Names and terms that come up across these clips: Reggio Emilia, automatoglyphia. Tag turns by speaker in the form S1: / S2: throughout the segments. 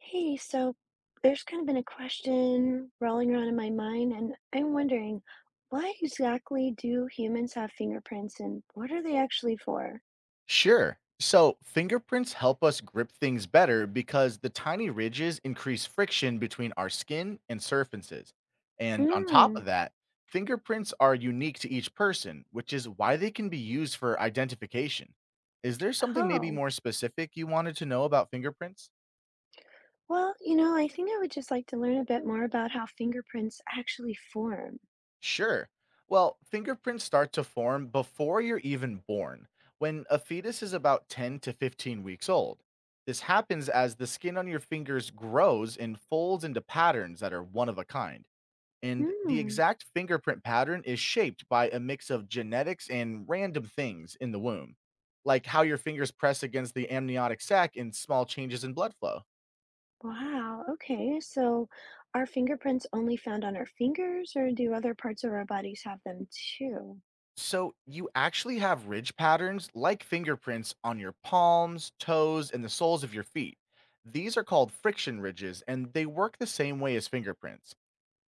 S1: Hey, so there's kind of been a question rolling around in my mind, and I'm wondering, why exactly do humans have fingerprints and what are they actually for?
S2: Sure. So, fingerprints help us grip things better because the tiny ridges increase friction between our skin and surfaces. And on top
S1: Mm,
S2: of that, fingerprints are unique to each person, which is why they can be used for identification. Is there something maybe
S1: oh,
S2: more specific you wanted to know about fingerprints?
S1: well, I think I would just like to learn a bit more about how fingerprints actually form.
S2: Sure. Well, fingerprints start to form before you're even born, when a fetus is about 10 to 15 weeks old. This happens as the skin on your fingers grows and folds into patterns that are one of a kind. And the
S1: Mm,
S2: exact fingerprint pattern is shaped by a mix of genetics and random things in the womb, like how your fingers press against the amniotic sac and small changes in blood flow.
S1: wow, okay, so are fingerprints only found on our fingers, or do other parts of our bodies have them too?
S2: So you actually have ridge patterns like fingerprints on your palms, toes, and the soles of your feet. These are called friction ridges and they work the same way as fingerprints.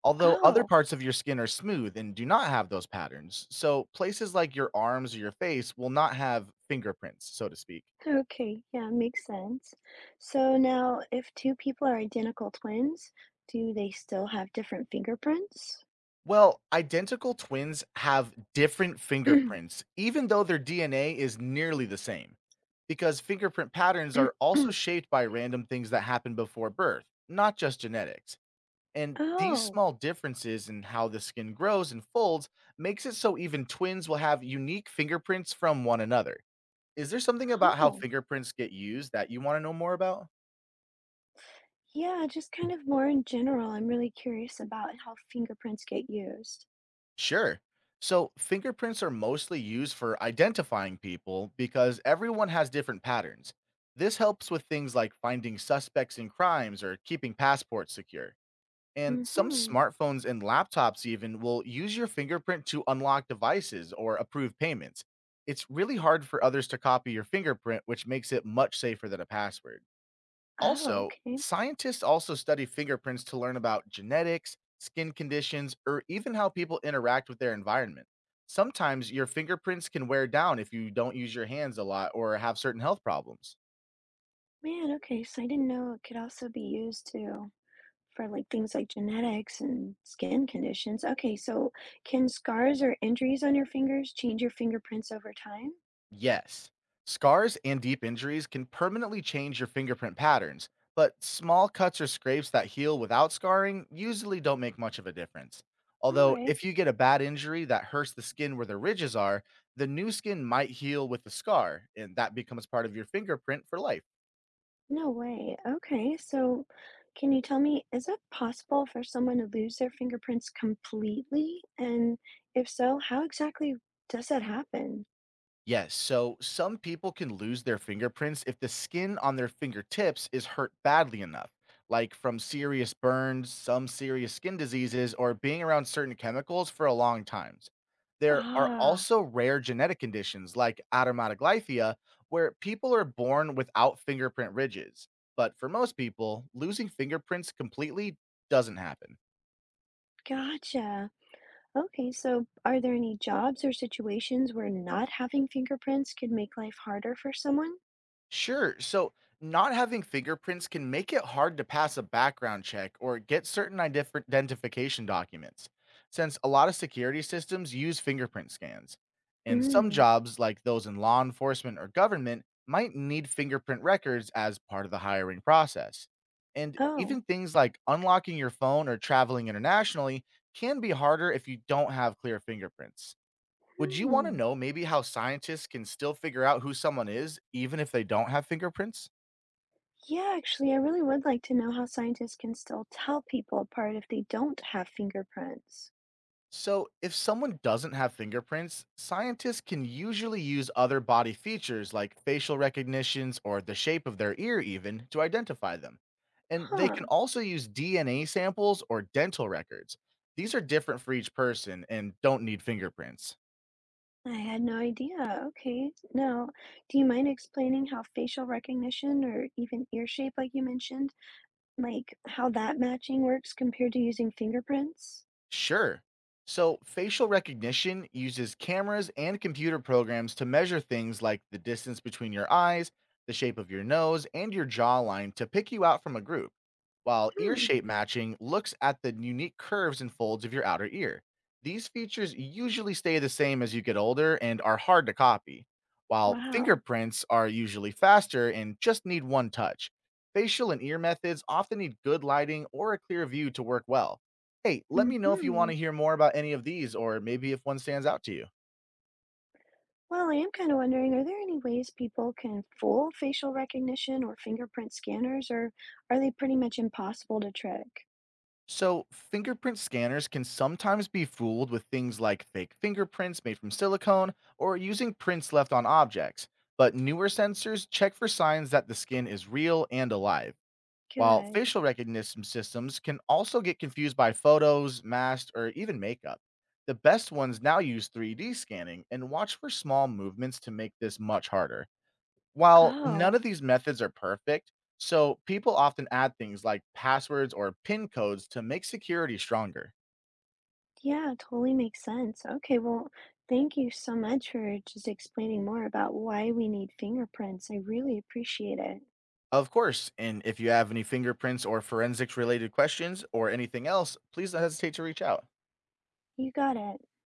S2: Although other
S1: Oh,
S2: parts of your skin are smooth and do not have those patterns. So places like your arms or your face will not have fingerprints, so to speak.
S1: okay, yeah, makes sense. So now, if two people are identical twins, do they still have different fingerprints?
S2: Well, identical twins have different fingerprints, even though their DNA is nearly the same, because fingerprint patterns are also shaped by random things that happen before birth, not just genetics. And these
S1: Oh,
S2: small differences in how the skin grows and folds makes it so even twins will have unique fingerprints from one another. Is there something about how
S1: oh,
S2: fingerprints get used that you want to know more about?
S1: yeah, just kind of more in general. I'm really curious about how fingerprints get used.
S2: Sure. So fingerprints are mostly used for identifying people because everyone has different patterns. This helps with things like finding suspects in crimes or keeping passports secure. And some
S1: Mm-hmm.
S2: smartphones and laptops even will use your fingerprint to unlock devices or approve payments. It's really hard for others to copy your fingerprint, which makes it much safer than a password.
S1: Oh,
S2: Also,
S1: okay.
S2: scientists also study fingerprints to learn about genetics, skin conditions, or even how people interact with their environment. Sometimes your fingerprints can wear down if you don't use your hands a lot or have certain health problems.
S1: Man, okay, so I didn't know it could also be used to for like things like genetics and skin conditions. Okay, so can scars or injuries on your fingers change your fingerprints over time?
S2: Yes. Scars and deep injuries can permanently change your fingerprint patterns, but small cuts or scrapes that heal without scarring usually don't make much of a difference.
S1: All
S2: Although,
S1: right.
S2: if you get a bad injury that hurts the skin where the ridges are, the new skin might heal with the scar, and that becomes part of your fingerprint for life.
S1: No way. Okay, so can you tell me, is it possible for someone to lose their fingerprints completely? And if so, how exactly does that happen?
S2: Yes, so some people can lose their fingerprints if the skin on their fingertips is hurt badly enough, like from serious burns, some serious skin diseases, or being around certain chemicals for a long time. There are
S1: Ah,
S2: also rare genetic conditions like automatoglyphia, where people are born without fingerprint ridges. But for most people, losing fingerprints completely doesn't happen.
S1: gotcha. Okay, so are there any jobs or situations where not having fingerprints could make life harder for someone?
S2: Sure. So, not having fingerprints can make it hard to pass a background check or get certain identification documents, since a lot of security systems use fingerprint scans. And some
S1: Mm.
S2: jobs, like those in law enforcement or government, might need fingerprint records as part of the hiring process. And
S1: Oh.
S2: even things like unlocking your phone or traveling internationally can be harder if you don't have clear fingerprints. Would you wanna
S1: Hmm.
S2: know maybe how scientists can still figure out who someone is even if they don't have fingerprints?
S1: Yeah, actually, I really would like to know how scientists can still tell people apart if they don't have fingerprints.
S2: So, if someone doesn't have fingerprints, scientists can usually use other body features like facial recognitions or the shape of their ear, even to identify them. And they can
S1: Huh.
S2: also use DNA samples or dental records. These are different for each person and don't need fingerprints.
S1: I had no idea. Okay. Now, do you mind explaining how facial recognition or even ear shape, like you mentioned, like how that matching works compared to using fingerprints?
S2: Sure. So, facial recognition uses cameras and computer programs to measure things like the distance between your eyes, the shape of your nose, and your jawline to pick you out from a group, while ear
S1: Hmm.
S2: shape matching looks at the unique curves and folds of your outer ear. These features usually stay the same as you get older and are hard to copy, while
S1: Wow.
S2: fingerprints are usually faster and just need one touch. Facial and ear methods often need good lighting or a clear view to work well. Hey, let me know if you
S1: Mm-hmm.
S2: want to hear more about any of these or maybe if one stands out to you.
S1: Well, I am kind of wondering, are there any ways people can fool facial recognition or fingerprint scanners, or are they pretty much impossible to trick?
S2: So, fingerprint scanners can sometimes be fooled with things like fake fingerprints made from silicone or using prints left on objects. But newer sensors check for signs that the skin is real and alive, while
S1: Good.
S2: facial recognition systems can also get confused by photos, masks, or even makeup. The best ones now use 3D scanning and watch for small movements to make this much harder. While none
S1: Oh.
S2: of these methods are perfect, so people often add things like passwords or PIN codes to make security stronger.
S1: Yeah, totally makes sense. Okay, well, thank you so much for just explaining more about why we need fingerprints. I really appreciate it.
S2: Of course, and if you have any fingerprints or forensics related questions or anything else, please don't hesitate to reach out.
S1: You got it.